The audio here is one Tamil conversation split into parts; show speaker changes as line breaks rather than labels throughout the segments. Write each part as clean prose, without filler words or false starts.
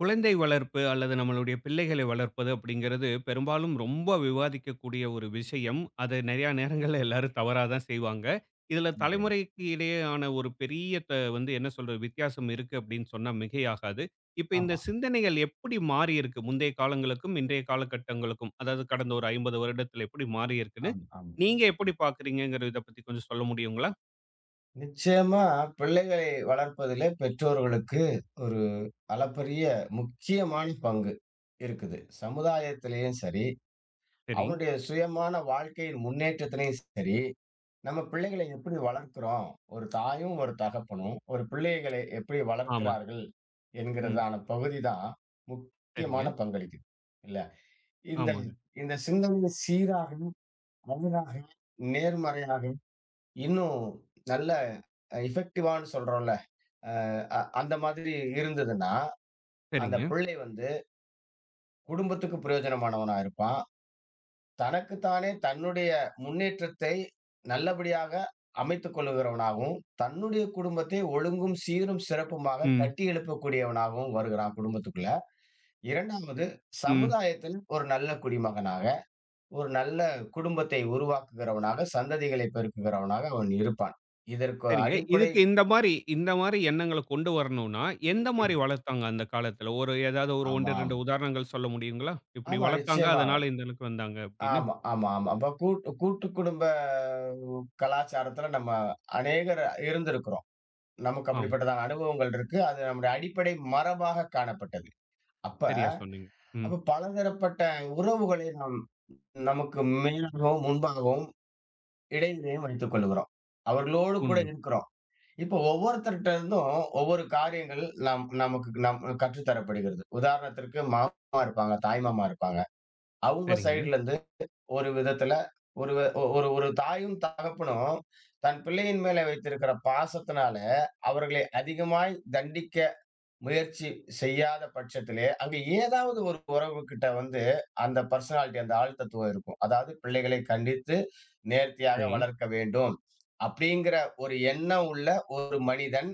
குழந்தை வளர்ப்பு அல்லது நம்மளுடைய பிள்ளைகளை வளர்ப்பது அப்படிங்கிறது பெரும்பாலும் ரொம்ப விவாதிக்கக்கூடிய ஒரு விஷயம். அதை நிறையா நேரங்கள்ல எல்லாரும் தவறா தான் செய்வாங்க. இதில
ஆமா,
தலைமுறைக்கு இடையேயான ஒரு பெரிய த வந்து என்ன சொல்றது வித்தியாசம் இருக்கு அப்படின்னு சொன்னா மிகையாகாது. இப்ப இந்த
ஆமா,
சிந்தனைகள் எப்படி மாறியிருக்கு? முந்தைய காலங்களுக்கும், இன்றைய காலகட்டங்களுக்கும். அதாவது கடந்த ஒரு 50 வருடத்துல எப்படி மாறியிருக்குன்னு,
ஆமா. ஆமா.
நீங்க எப்படி பார்க்குறீங்கங்கிற இத பத்தி கொஞ்சம் சொல்ல முடியுங்களா?
நிச்சயமா, பிள்ளைகளை வளர்ப்பதிலே பெற்றோர்களுக்கு ஒரு அளப்பரிய முக்கியமான பங்கு இருக்குது. சமுதாயத்திலேயும் சரி,
சரி.
அவனுடைய சுயமான வாழ்க்கையின் முன்னேற்றத்திலயும் சரி, நம்ம பிள்ளைகளை எப்படி வளர்க்கிறோம்? ஒரு தாயும், ஒரு தகப்பனும் ஒரு பிள்ளைகளை எப்படி
ஆமா.
வளர்க்கிறார்கள்
ம்.
என்கிறதான பகுதி தான் முக்கியமான
சரிங்க.
பங்களிக்குது. இல்ல. இந்த
ஆமாங்க.
இந்த சிந்தனை சீராகவும், அழகாக, நேர்மறையாக, இன்னும் நல்ல எஃபெக்டிவான்னு சொல்றோம்ல. அ அ அந்த மாதிரி இருந்ததுன்னா, அந்த
சரிங்க.
பிள்ளை வந்து குடும்பத்துக்கு பிரயோஜனமானவனா இருப்பான். தனக்கு தானே தன்னுடைய முன்னேற்றத்தை நல்லபடியாக அமைத்துக் கொள்ளுகிறவனாகவும், தன்னுடைய குடும்பத்தை ஒழுங்கும், சீரும், சிறப்புமாக
ம்.
கட்டி எழுப்பக்கூடியவனாகவும் வருகிறான் குடும்பத்துக்குள்ள. 2வது,
ம்.
சமுதாயத்தில் ஒரு நல்ல குடிமகனாக, ஒரு நல்ல குடும்பத்தை உருவாக்குகிறவனாக, சந்ததிகளை பெருக்குகிறவனாக அவன் இருப்பான். இதற்கு
சரிங்க.
அடிப்படை
இதுக்கு இந்த மாரி இந்த மாரி எண்ணங்கள கொண்டு வரணும்னா, எந்த மாரி
ம்.
வளர்த்தாங்க அந்த காலத்துல? ஒரு ஏதாவது ஒரு 1,
ஆமா.
2 உதாரணங்கள் சொல்ல முடியுங்களா? இப்படி
ஆமா,
வளர்த்தாங்க,
நிச்சயமாக.
அதனால இந்த அளவுக்கு வந்தாங்க அப்படின்னு.
ஆமா, ஆமா, ஆமா. அப்ப கூட்டு கூட்டு குடும்ப கலாச்சாரத்துல நம்ம அநேகர் இருந்திருக்கிறோம். நமக்கு
ஆமா.
அப்படிப்பட்டதான அனுபவங்கள் இருக்கு. அது நம்முடைய அடிப்படை மரபாக காணப்பட்டது. அப்ப
சரியா சொன்னீங்க. ம்.
அப்ப பலதரப்பட்ட உறவுகளை நாம் நமக்கு மேலாகவும், முன்பாகவும், இடையிலேயும் வைத்துக் கொள்கிறோம். அவர்களோடு கூட
உண்ம.
இருக்கிறோம். இப்போ ஒவ்வொருத்தர்ட்ட இருந்தும் ஒவ்வொரு காரியங்கள் நாம் நமக்கு நம் கற்றுத் தரப்படுகிறது. உதாரணத்திற்கு மாமா இருப்பாங்க, தாய்மாமா இருப்பாங்க. அவங்க
சரிங்க.
சைடுல இருந்து ஒரு விதத்துல ஒரு வ ஒ- ஒரு ஒரு தாயும், தகப்பனும் தன் பிள்ளையின் மேல வைத்திருக்கிற பாசத்தினால, அவர்களை அதிகமாய் தண்டிக்க முயற்சி செய்யாத பட்சத்திலே, அங்க ஏதாவது ஒரு உறவுகிட்ட வந்து அந்த பர்சனாலிட்டி, அந்த ஆள் தத்துவம் இருக்கும். அதாவது பிள்ளைகளை கண்டித்து நேர்த்தியாக
சரி.
வளர்க்க வேண்டும் அப்படிங்கிற ஒரு எண்ணம் உள்ள ஒரு மனிதன்,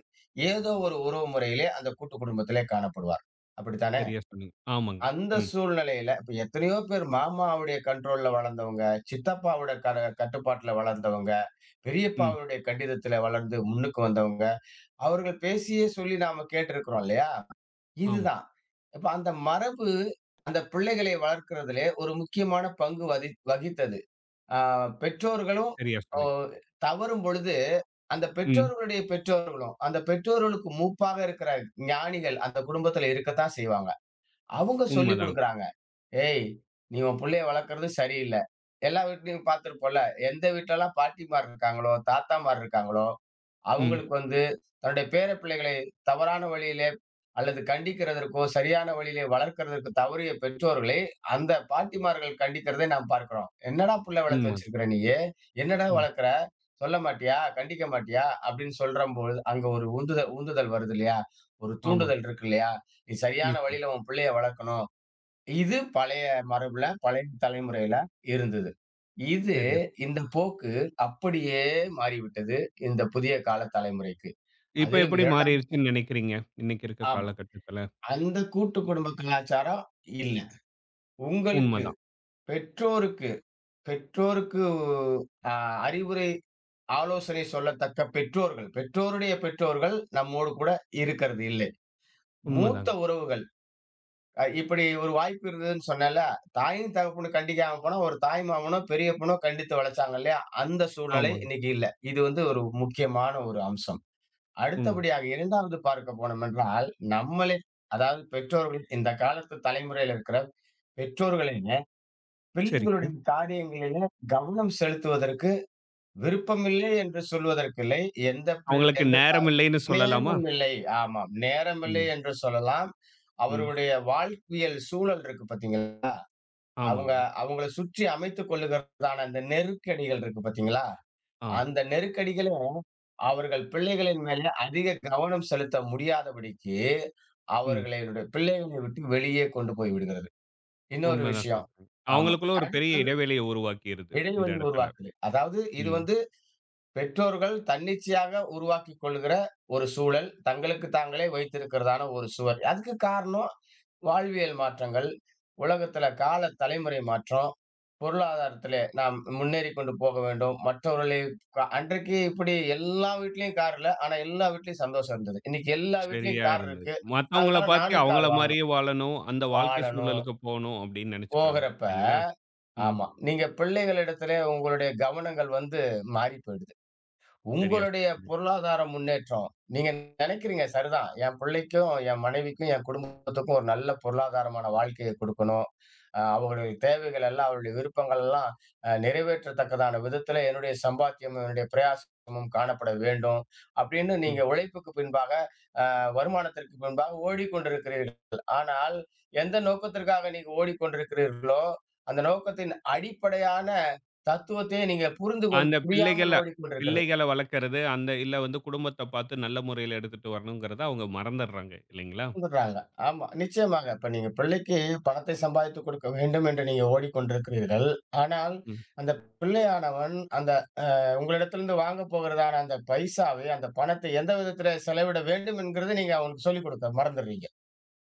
ஏதோ ஒரு உறவு முறையிலே அந்த கூட்டு குடும்பத்திலே காணப்படுவார். அப்படித்தானே?
சரியா சொன்னீங்க. ஆமாங்க.
அந்த
ம்.
சூழ்நிலையில, இப்ப எத்தனையோ பேர் மாமாவுடைய கண்ட்ரோல்ல வளர்ந்தவங்க, சித்தப்பாவுடைய கட்டுப்பாட்டுல வளர்ந்தவங்க,
ம்.
பெரியப்பாவுடைய கண்டிதத்துல வளர்ந்து முன்னுக்கு வந்தவங்க, அவர்கள் பேசியே சொல்லி நாம கேட்டிருக்கிறோம் இல்லையா?
ஆமா.
இதுதான். இப்ப அந்த மரபு அந்த பிள்ளைகளை வளர்க்கிறதிலே ஒரு முக்கியமான பங்கு வகித்தது. ஆ பெற்றோர்களும்
சரியா
ஓ
சொன்னீங்க.
தவறும் பொழுது, அந்த
ம்.
பெற்றோர்களுடைய பெற்றோர்களும், அந்த பெற்றோர்களுக்கு மூப்பாக இருக்கிற ஞானிகள் அந்த குடும்பத்துல இருக்கத்தான் செய்வாங்க. அவங்க சொல்லிக்
உண்மதாங்க.
குடுக்குறாங்க: "ஏய்! நீ உன் புள்ளைய வளர்க்கறது சரியில்ல." எல்லா வீட்லயும் பார்த்திருப்போம்ல. எந்த வீட்லலாம் பாட்டிமார் இருக்காங்களோ, தாத்தாமார் இருக்காங்களோ,
ம்.
அவங்களுக்கு வந்து தன்னுடைய பேர பிள்ளைகளை தவறான வழியிலே அல்லது கண்டிக்கிறதற்கோ, சரியான வழியிலே வளர்க்கிறதற்கு தவறிய பெற்றோர்களை அந்த பாட்டிமார்கள் கண்டிக்கிறதை நாம் பார்க்கிறோம். "என்னடா புள்ள வளர்த்து
உண்ம.
வச்சிருக்கிற நீயி? என்னடா
ம்.
வளர்க்கிற? சொல்ல மாட்டியா? கண்டிக்க மாட்டியா?" அப்படின்னு சொல்றம்போது, அங்க ஒரு உந்துதல் உந்துதல் வருது இல்லையா? ஒரு
ஆமாங்க.
தூண்டுதல் இருக்கு இல்லையா? நீ சரியான
நிச்சயம்.
வழியில உன் பிள்ளைய வளர்க்கணும். இது பழைய மரபுல, பழைய தலைமுறையில இருந்தது. இது
சரியா சொன்னீங்க.
இந்த போக்கு அப்படியே மாறிவிட்டது, இந்த புதிய கால தலைமுறைக்கு.
இப்ப
அதிலும்
எப்படி
2ஆம்
மாறிருச்சுன்னு நெனைக்கிறீங்க? இன்னைக்கு இருக்க
ஆமா.
காலகட்டத்துல.
அந்த கூட்டு குடும்ப கலாச்சாரம் இல்ல. உங்களுக்கு,
உண்மதான்.
பெற்றோருக்கு, பெற்றோருக்கு அ அறிவுரை, ஆலோசனை சொல்லத்தக்க பெற்றோர்கள், பெற்றோருடைய பெற்றோர்கள் நம்மோடு கூட இருக்கிறது இல்லை. மூத்த
உண்மதாங்க.
உறவுகள் இப்படி ஒரு வாய்ப்பு இருந்ததுன்னு சொன்னேன்ல. தாயும், தகப்பனும் கண்டிக்காம போனா, ஒரு தாய் மாமனோ, பெரியப்பனோ கண்டித்து வளர்ச்சாங்க இல்லையா? அந்த சூழ்நிலை
ஆமாங்க.
இன்னைக்கு இல்ல. இது வந்து ஒரு முக்கியமான ஒரு அம்சம்.
உண்ம.
அடுத்தபடியாக 2வது பார்க்க போனோம் என்றால், நம்மளே, அதாவது பெற்றோர்கள், இந்த காலத்து தலைமுறையில இருக்கிற பெற்றோர்களைங்க,
சரிங்க.
பிள்ளைகளுடைய காரியங்களில கவனம் செலுத்துவதற்கு விருப்பமில்லை என்று சொல்வதற்கு இல்லை.
அவங்களுக்கு
எந்த
நேரம்
தாய்
இல்லைன்னு சொல்லலாமா?
நேரம் இல்லை. ஆமாம். நேரம் இல்லை
ம்.
என்று சொல்லலாம்.
ம்.
அவருடைய வாழ்வியல் சூழல் இருக்கு பார்த்தீங்களா? அவங்க
ஆமாங்க.
அவங்கள சுற்றி அமைத்துக் கொள்ளுகிறதான அந்த நெருக்கடிகள் இருக்கு பார்த்தீங்களா?
ஆமா.
அந்த நெருக்கடிகளும் அவர்கள் பிள்ளைகளின் மேல அதிக கவனம் செலுத்த முடியாதபடிக்கு,
ம்.
அவர்களுடைய பிள்ளைகளை விட்டு வெளியே கொண்டு போய் விடுகிறது. இன்னொரு
உண்மைதான்
விஷயம்.
சொல்றீங்க.
ஆமா.
அவங்களுக்குள்ள ஒரு பெரிய
அடுத்தது
இடைவெளிய உருவாக்கிருது, இந்த
இடைவெளி
இடத்துல.
உருவாக்குது. அதாவது இது
ம்.
வந்து பெற்றோர்கள் தன்னிச்சையாக உருவாக்கிக் கொள்கிற ஒரு சூழல், தங்களுக்கு தாங்களே வைத்திருக்கிறதான ஒரு சுவர். அதுக்கு காரணம் வாழ்வியல் மாற்றங்கள், உலகத்துல கால தலைமுறை மாற்றம், பொருளாதாரத்திலே நாம் முன்னேறிக் கொண்டு போக வேண்டும். மற்றவர்களை அன்றைக்கு இப்படி எல்லா வீட்லயும் கார் இல்ல. ஆனா எல்லா வீட்லயும் சந்தோஷம் இருந்தது. இன்னைக்கு எல்லா வீட்லயும்
சரியா
கார்
இருந்தது.
இருக்கு.
மத்தவங்கள
அதனால
பாத்து
நானும் கார்
அவங்கள
வாங்கணும்.
மாரியே வாழணும், அந்த வாழ்க்கை
வாழணும்
சூழலுக்கு போணும் அப்படின்னு நெனச்சுக்கிறாங்க.
போகிறப்ப
இல்லைங்களா? ம்.
ஆமா. நீங்க பிள்ளைகளிடத்திலே உங்களுடைய கவனங்கள் வந்து மாறிப் போயிடுது.
சரியா
உங்களுடைய
சொன்னீங்க.
பொருளாதார முன்னேற்றம், நீங்க நினைக்கிறீங்க சரிதான். என் பிள்ளைக்கும், என் மனைவிக்கும், என் குடும்பத்துக்கும் ஒரு நல்ல பொருளாதாரமான வாழ்க்கைய குடுக்கணும். அவங்களுடைய தேவைகள் எல்லாம், அவருடைய விருப்பங்கள் எல்லாம் நிறைவேற்றத்தக்கதான விதத்தில என்னுடைய சம்பாத்தியமும், என்னுடைய பிரயாசமும் காணப்பட வேண்டும் அப்படின்னு
ம்.
நீங்க உழைப்புக்கு பின்பாக, வருமானத்திற்கு பின்பாக ஓடிக்கொண்டிருக்கிறீர்கள். ஆனால் எந்த நோக்கத்திற்காக நீங்க ஓடிக்கொண்டிருக்கிறீர்களோ, அந்த நோக்கத்தின் அடிப்படையான தத்துவத்தையே நீங்க புரிந்து கொண்
அந்த பிள்ளைகள
புரியாமல் ஓடிக்கொண்டிருக்கலாம்.
பிள்ளைகள வளர்க்கறது, அந்த இல்ல வந்து குடும்பத்த பாத்து நல்ல முறையில எடுத்துட்டு வரணுங்கிறத அவங்க மறந்துடுறாங்க. இல்லைங்களா?
வந்துடுறாங்க. ஆமா, நிச்சயமாக. இப்ப நீங்க பிள்ளைக்கு பணத்தை சம்பாதித்து கொடுக்க வேண்டும் என்று நீங்க ஓடிக்கொண்டிருக்கிறீர்கள். ஆனால்,
ம்.
அந்த பிள்ளையானவன் அந்த உங்களிடத்திலிருந்து வாங்கப் போகிறதான அந்த பைசாவை, அந்த பணத்தை எந்த விதத்தில செலவிட வேண்டும் என்கிறத நீங்க அவனுக்கு சொல்லிக் கொடுக்க மறந்துடுறீங்க.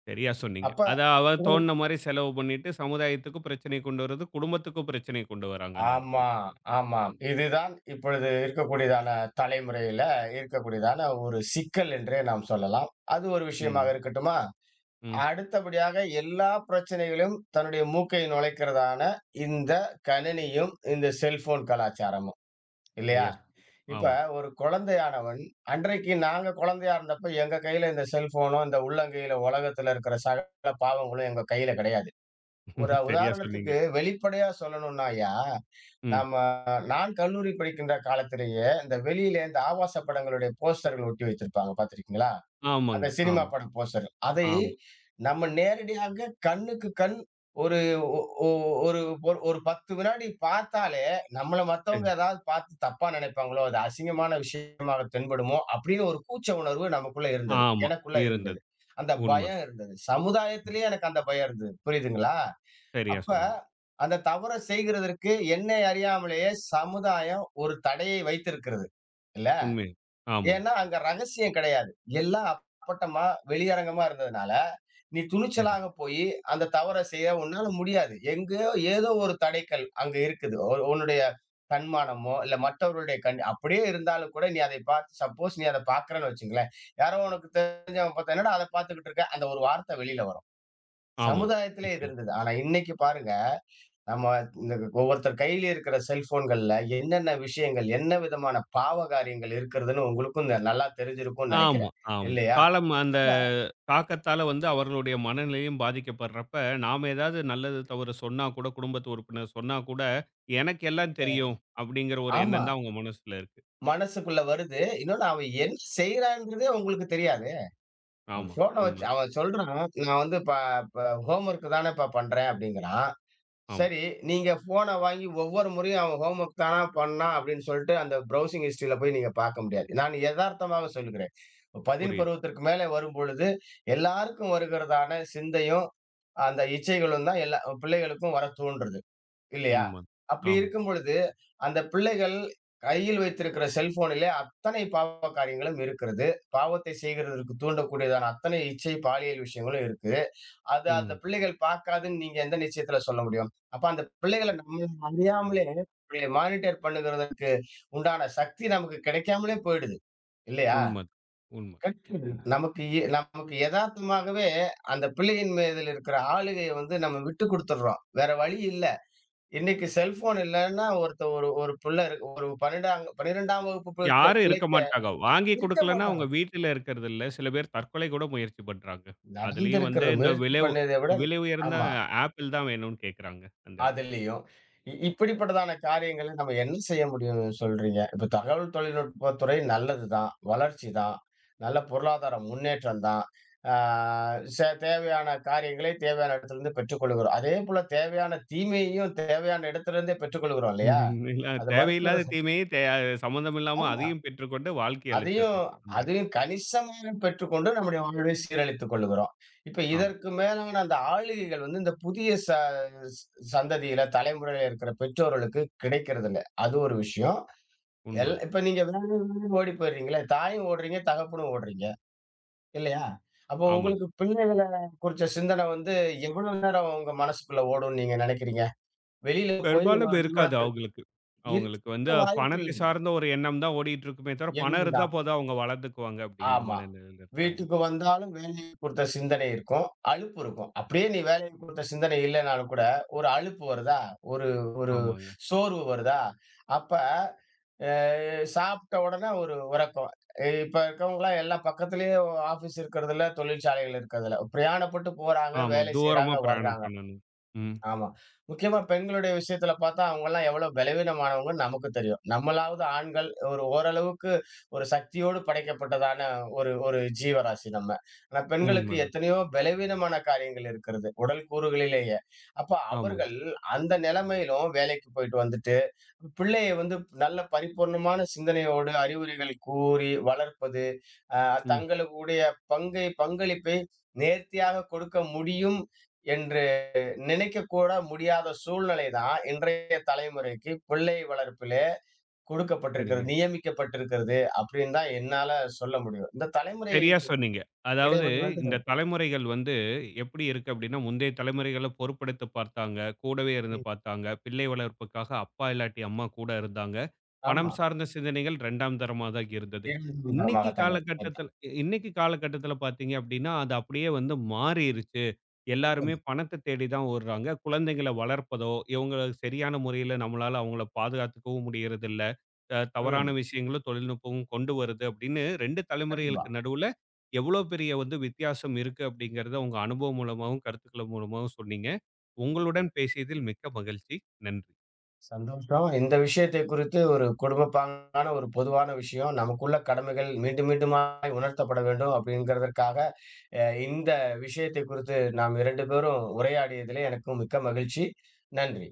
சரியா சொன்னீங்க.
அப்ப
அத அவ
உங்களுக்கு
தோணுன மாரி செலவு பண்ணிட்டு, சமுதாயத்துக்கும் பிரச்சனைய கொண்டு வரது, குடும்பத்துக்கும் பிரச்சனைய கொண்டு வராங்க அந்த இடத்துல.
ஆமா, ஆமாம். இதுதான் இப்பொழுது இருக்கக்கூடியதான தலைமுறையில இருக்கக்கூடியதான ஒரு சிக்கல் என்றே நாம் சொல்லலாம். அது ஒரு
உண்ம.
விஷயமாக இருக்கட்டுமா?
ம்.
அடுத்தபடியாக, எல்லா பிரச்சனைகளையும் தன்னுடைய மூக்கை நுழைக்கிறதான இந்த கணினியும், இந்த செல்போன் கலாச்சாரமும், இல்லையா?
சரியா சொன்னீங்க.
இப்ப
ஆமாங்க.
ஒரு குழந்தையானவன், அன்றைக்கு நாங்க குழந்தையா இருந்தப்ப எங்க கையில இந்த செல்போனோ, இந்த உள்ளங்கையில உலகத்துல இருக்கிற சகல பாவங்களும் எங்க கையில கிடையாது. ஒரு
சரியா சொன்னீங்க.
உதாரணத்துக்கு வெளிப்படையா சொல்லணும்னாய்யா,
ம்.
நம்ம நான் கல்லூரி படிக்கின்ற காலத்திலேயே இந்த வெளியிலே இந்த ஆபாச படங்களுடைய போஸ்டர்கள் ஒட்டி வைத்திருப்பாங்க பார்த்திருக்கீங்களா?
ஆமாங்க.
அந்த சினிமா
ஆமா,
பட போஸ்டர். அதை
ஆமா.
நம்ம நேரடியாக கண்ணுக்கு கண் ஒரு ஒ ஒ ஒரு ஒரு ஒரு 10 வினாடி பார்த்தாலே, நம்மள
சரி.
மத்தவங்க ஏதாவது பார்த்து தப்பா நினைப்பாங்களோ, அது அசிங்கமான விஷயமாக தென்படுமோ அப்படின்னு ஒரு கூச்ச உணர்வு நமக்குள்ள இருந்தது.
ஆமா.
எனக்குள்ள இருந்தது.
இருந்தது.
அந்த
உண்ம.
பயம் இருந்தது. சமுதாயத்திலேயே எனக்கு அந்த பயம் இருந்தது. புரியுதுங்களா?
சரியா
அப்ப
சொன்னீங்க.
அந்த தவற செய்கிறதற்கு என்னை அறியாமலேயே சமுதாயம் ஒரு தடையை வைத்திருக்கிறது. இல்ல?
உண்மை. ஆமாங்க.
ஏன்னா, அங்க ரகசியம் கிடையாது. எல்லாம் அப்பட்டமா, வெளியரங்கமா இருந்ததுனால, நீ
சரி.
துணிச்சலாக போயி அந்த தவற செய்ய உன்னால முடியாது. எங்கேயோ ஏதோ ஒரு தடைக்கல் அங்க இருக்குது. ஒரு உன்னுடைய தன்மானமோ, இல்ல மற்றவர்களுடைய கண் அப்படியே இருந்தாலும் கூட நீ அதை பார்த்து, சப்போஸ் நீ அத பார்க்கிறன்னு வச்சுக்கங்களேன், யாரோ உனக்கு தெரிஞ்சவன் பார்த்தா, "என்னடா அத பார்த்துக்கிட்டு இருக்க?" அந்த ஒரு வார்த்தை வெளியில வரும்.
ஆமாங்க.
சமுதாயத்திலே இது
நிச்சயமா.
இருந்தது. ஆனா இன்னைக்கு பாருங்க, நம்ம இந்த ஒவ்வொருத்தர் கையில இருக்கிற செல்போன்கள்ல என்னென்ன விஷயங்கள், என்ன விதமான பாவ காரியங்கள் இருக்கிறதுன்னு உங்களுக்கும் நல்லா தெரிஞ்சிருக்கும்னு
ஆமா,
நெனைக்கிறேன்.
ஆமா.
இல்லையா?
காலம் அந்த
அப்ப
தாக்கத்தால வந்து அவர்களுடைய மனநிலையும் பாதிக்கப்படுறப்ப, நாம ஏதாவது நல்லது, தவறு சொன்னா கூட குடும்பத்து உறுப்பினர் சொன்னா கூட, எனக்கு எல்லாம் தெரியும் அப்படிங்கிற ஒரு
ஆமா.
எண்ணம் தான் அவங்க மனசுல இருக்கு.
மனசுக்குள்ள வருது. இன்னொன்னு அவன் என்ன செய்றான்றதே உங்களுக்கு தெரியாது. ஒரு
ஆமா.
ஃபோன வச்சு
உண்ம.
அவன் சொல்றான், நான் வந்து ப ப ஹோம்வொர்க் தானேப்பா பண்றேன் அப்படிங்கிறான்.
ஆமா.
சரி, நீங்க ஃபோன வாங்கி ஒவ்வொரு முறையும் அவன் ஹோம் ஒர்க் தானா பண்ணான் அப்படின்னு சொல்லிட்டு அந்த ப்ரௌசிங் ஹிஸ்டரியில போய் நீங்க பார்க்க முடியாது. நான் எதார்த்தமாக சொல்லுகிறேன். பதின்
புரியுது.
பருவத்திற்கு மேலே வரும்பொழுது, எல்லாருக்கும் வருகிறதான சிந்தையும், அந்த இச்சைகளும் தான் எல்லா பிள்ளைகளுக்கும் வர தூண்டுறது. இல்லையா?
உண்ம.
அப்படி
ஆமா.
இருக்கும் பொழுது, அந்த பிள்ளைகள் கையில் வைத்திருக்கிற செல்போனிலே அத்தனை பாவ காரியங்களும் இருக்கிறது. பாவத்தை செய்கிறதற்கு தூண்டக்கூடியதான அத்தனை இச்சை, பாலியல் விஷயங்களும் இருக்கு. அது
உண்ம.
அந்த பிள்ளைகள் பார்க்காதுன்னு நீங்க எந்த நிச்சயத்துல சொல்ல முடியும்? அப்ப அந்த பிள்ளைகள நம்ம அறியாமலே மானிட்டர் பண்ணுகிறதற்கு உண்டான சக்தி நமக்கு கிடைக்காமலே போயிடுது. இல்லையா?
உண்ம. உண்ம. உண்ம.
கண்டிப்பா. நமக்கு எதார்த்தமாகவே அந்த பிள்ளையின் மீதில் இருக்கிற ஆளுகைய வந்து நம்ம விட்டு குடுத்துடுறோம். வேற வழி இல்ல. இன்னைக்கு செல்ஃபோன் இல்லன்னா ஒரு பிள்ளை இருக்கு, ஒரு 12 12ஆம் வகுப்பு படிக்கிற
யாரும் இருக்க
பிள்ளைக்கு
மாட்டாங்க. வாங்கி
இருக்க
குடுக்கலன்னா, அவங்க
மாட்டான்.
வீட்டில இருக்கிறது இல்ல. சில பேர் தற்கொலை கூட முயற்சி பண்றாங்க. அதுலயும் வந்து
நடந்திருக்கிறது
இந்த
முயற்சி பண்ணத விட
விலை உயர்ந்த
ஆமா.
ஆப்பிள் தான் வேணும்னு கேட்கறாங்க அந்த இடத்துலயும்.
அதுலயும். இப்படிப்பட்டதான காரியங்கள நம்ம என்ன செய்ய முடியும்னு சொல்றீங்க? இப்ப தகவல் தொழில்நுட்பத் துறை நல்லதுதான். வளர்ச்சி தான். நல்ல பொருளாதார முன்னேற்றம் தான். ஆ ச தேவையான காரியங்களை தேவையான இடத்திலிருந்து பெற்றுக்கொள்கிறோம். அதேபோல தேவையான தீமையையும் தேவையான இடத்திலிருந்தே பெற்றுக்கொள்கிறோம் இல்லையா?
எல்லாம்
அது
தேவையில்லாத
மறுக்கிறது
தீமையை தே சம்மந்தம் இல்லாம
ஆமா.
அதையும் பெற்றுக்கொண்டு வாழ்க்கைய
அதையும்
அழிச்சிடுறோம். அந்த இடத்
அதையும் கணிசமாக பெற்றுக்கொண்டு நம்முடைய வாழ்வை சீரழித்துக் கொள்ளுகிறோம். இப்ப
ஆமா.
இதற்கு மேலான அந்த ஆளுகைகள் வந்து இந்த புதிய ச ஸ் சந்ததியில, தலைமுறையில இருக்கிற பெற்றோர்களுக்கு கிடைக்கிறது இல்ல. அது ஒரு விஷயம்.
உண்மதான்.
இப்ப நீங்க வேணும் வேணும்னு ஓடி போயிடுறீங்களே! தாயும் ஓடுறீங்க, தகப்பனும் ஓடுறீங்க. இல்லையா? அப்போ
ஆமாங்க.
உங்களுக்கு பிள்ளைகள குறிச்ச சிந்தனை வந்து எவ்வளவு நேரம் உங்க மனசுக்குள்ள ஓடும்ன்னு நீங்க நினைக்கிறீங்க? வெளியில போய்
பெரும்பாலும்
இன்னொரு
இருக்காது
நிறுவனத்திற்கு
அவங்களுக்கு. அவங்களுக்கு
இருக்க
வந்து பணத்தை
வாய்ப்பில்ல.
சார்ந்த ஒரு எண்ணம் தான் ஓடிட்டு இருக்குமே தவிர,
ஏன்னா
பணம்
இந்த
இருந்தா போதும் அவங்க வளர்ந்துக்குவாங்க அப்படிங்கிற
ஆமா.
மனநிலையில இருக்காங்க.
வீட்டுக்கு வந்தாலும் வேலையை குறித்த சிந்தனை இருக்கும். அலுப்பு இருக்கும். அப்படியே நீ வேலையை குறித்த சிந்தனை இல்லனாலும் கூட, ஒரு அலுப்பு வருதா? ஒரு ஒரு
ஆமாங்க.
சோர்வு வருதா? அப்ப அ சாப்பிட்ட உடனே ஒரு உறக்கம். இப்ப இருக்கவங்கலாம் எல்லாம் பக்கத்திலேயே ஆபீஸ் இருக்கிறதில்ல, தொழிற்சாலைகள் இருக்கிறதில்ல. பிரயாணப்பட்டு போறாங்க,
ஆமா.
வேலை
தூரமா
செய்றாங்க,
பிரயாணம்
வர்றாங்க.
பண்ணணும். ம்.
ஆமா. முக்கியமா பெண்களுடைய விஷயத்துல பார்த்தா, அவங்கலாம் எவ்வளோ பலவீனமானவங்கன்னு நமக்கு தெரியும். நம்மளாவது ஆண்கள் ஒரு ஓரளவுக்கு ஒரு சக்தியோடு படைக்கப்பட்டதான ஒரு ஒரு ஜீவராசி நம்ம. ஆனா
உண்ம.
பெண்களுக்கு எத்தனையோ பலவீனமான காரியங்கள் இருக்கிறது. உடல் கூறுகளிலேயே. அப்ப
ஆமாங்க.
அவர்கள் அந்த நிலைமையிலும் வேலைக்கு போயிட்டு வந்துட்டு, பிள்ளைய வந்து நல்ல பரிபூர்ணமான சிந்தனையோடு அறிவுரைகள் கூறி வளர்ப்பது, அ
ம்.
தங்களுடைய பங்களிப்பை நேர்த்தியாக கொடுக்க முடியும் என்ற நினைக்க கூட முடியாத சூழ்நிலை தான் இன்றைய தலைமுறைக்கு பிள்ளை வளர்ப்பிலே கொடுக்கப்பட்டிருக்கிறது,
சரிங்க.
நியமிக்கப்பட்டிருக்கிறது அப்படின்னு தான் என்னால சொல்ல முடியும். இந்த தலைமுறை
சரியா சொன்னீங்க. அதாவது
இடைவெளி வந்து
இந்த தலைமுறைகள் வந்து எப்படி இருக்கு அப்படின்னா, முந்தைய தலைமுறைகள பொறுப்பெடுத்து பார்த்தாங்க. கூடவே இருந்து
ம்.
பார்த்தாங்க. பிள்ளை வளர்ப்புக்காக அப்பா இல்லாட்டி அம்மா கூட இருந்தாங்க. பணம்
ஆமா.
சார்ந்த சிந்தனைகள் 2ஆம் தரமா தான் இருந்தது. இன்னைக்கு
காரணமாகத்தானே
காலகட்டத்தில
அதான்.
இன்னைக்கு காலகட்டத்தில பார்த்தீங்க அப்படின்னா, அது அப்படியே வந்து மாறிருச்சு. எல்லாருமே பணத்த தேடி தான் ஓடுறாங்க. குழந்தைகள வளர்ப்பதோ, இவங்கள சரியான முறையில நம்மளால அவங்கள பாதுகாத்துக்கவும் முடியறதில்ல. தவறான
ம்.
விஷயங்களும் தொழில்நுட்பமும் கொண்டு வருது அப்படின்னு ரெண்டு
கண்டிப்பா.
தலைமுறைகளுக்கு நடுவுல எவ்வளோ பெரிய வந்து வித்தியாசம் இருக்கு அப்படிங்கிறத உங்க அனுபவம் மூலமாகவும் கருத்துக்கள் மூலமாகவும் சொன்னீங்க. உங்களுடன் பேசியதில் மிக்க மகிழ்ச்சி. நன்றி.
சந்தோஷம். இந்த விஷயத்தை குறித்து ஒரு குடும்பப்பாங்கான ஒரு பொதுவான விஷயம். நமக்குள்ள கடமைகள் மீண்டும் மீண்டுமாய் உணர்த்தப்பட வேண்டும் அப்படிங்கிறதற்காக, இந்த விஷயத்தை குறித்து நாம் 2 பேரும் உரையாடியதிலே எனக்கும் மிக்க மகிழ்ச்சி. நன்றி.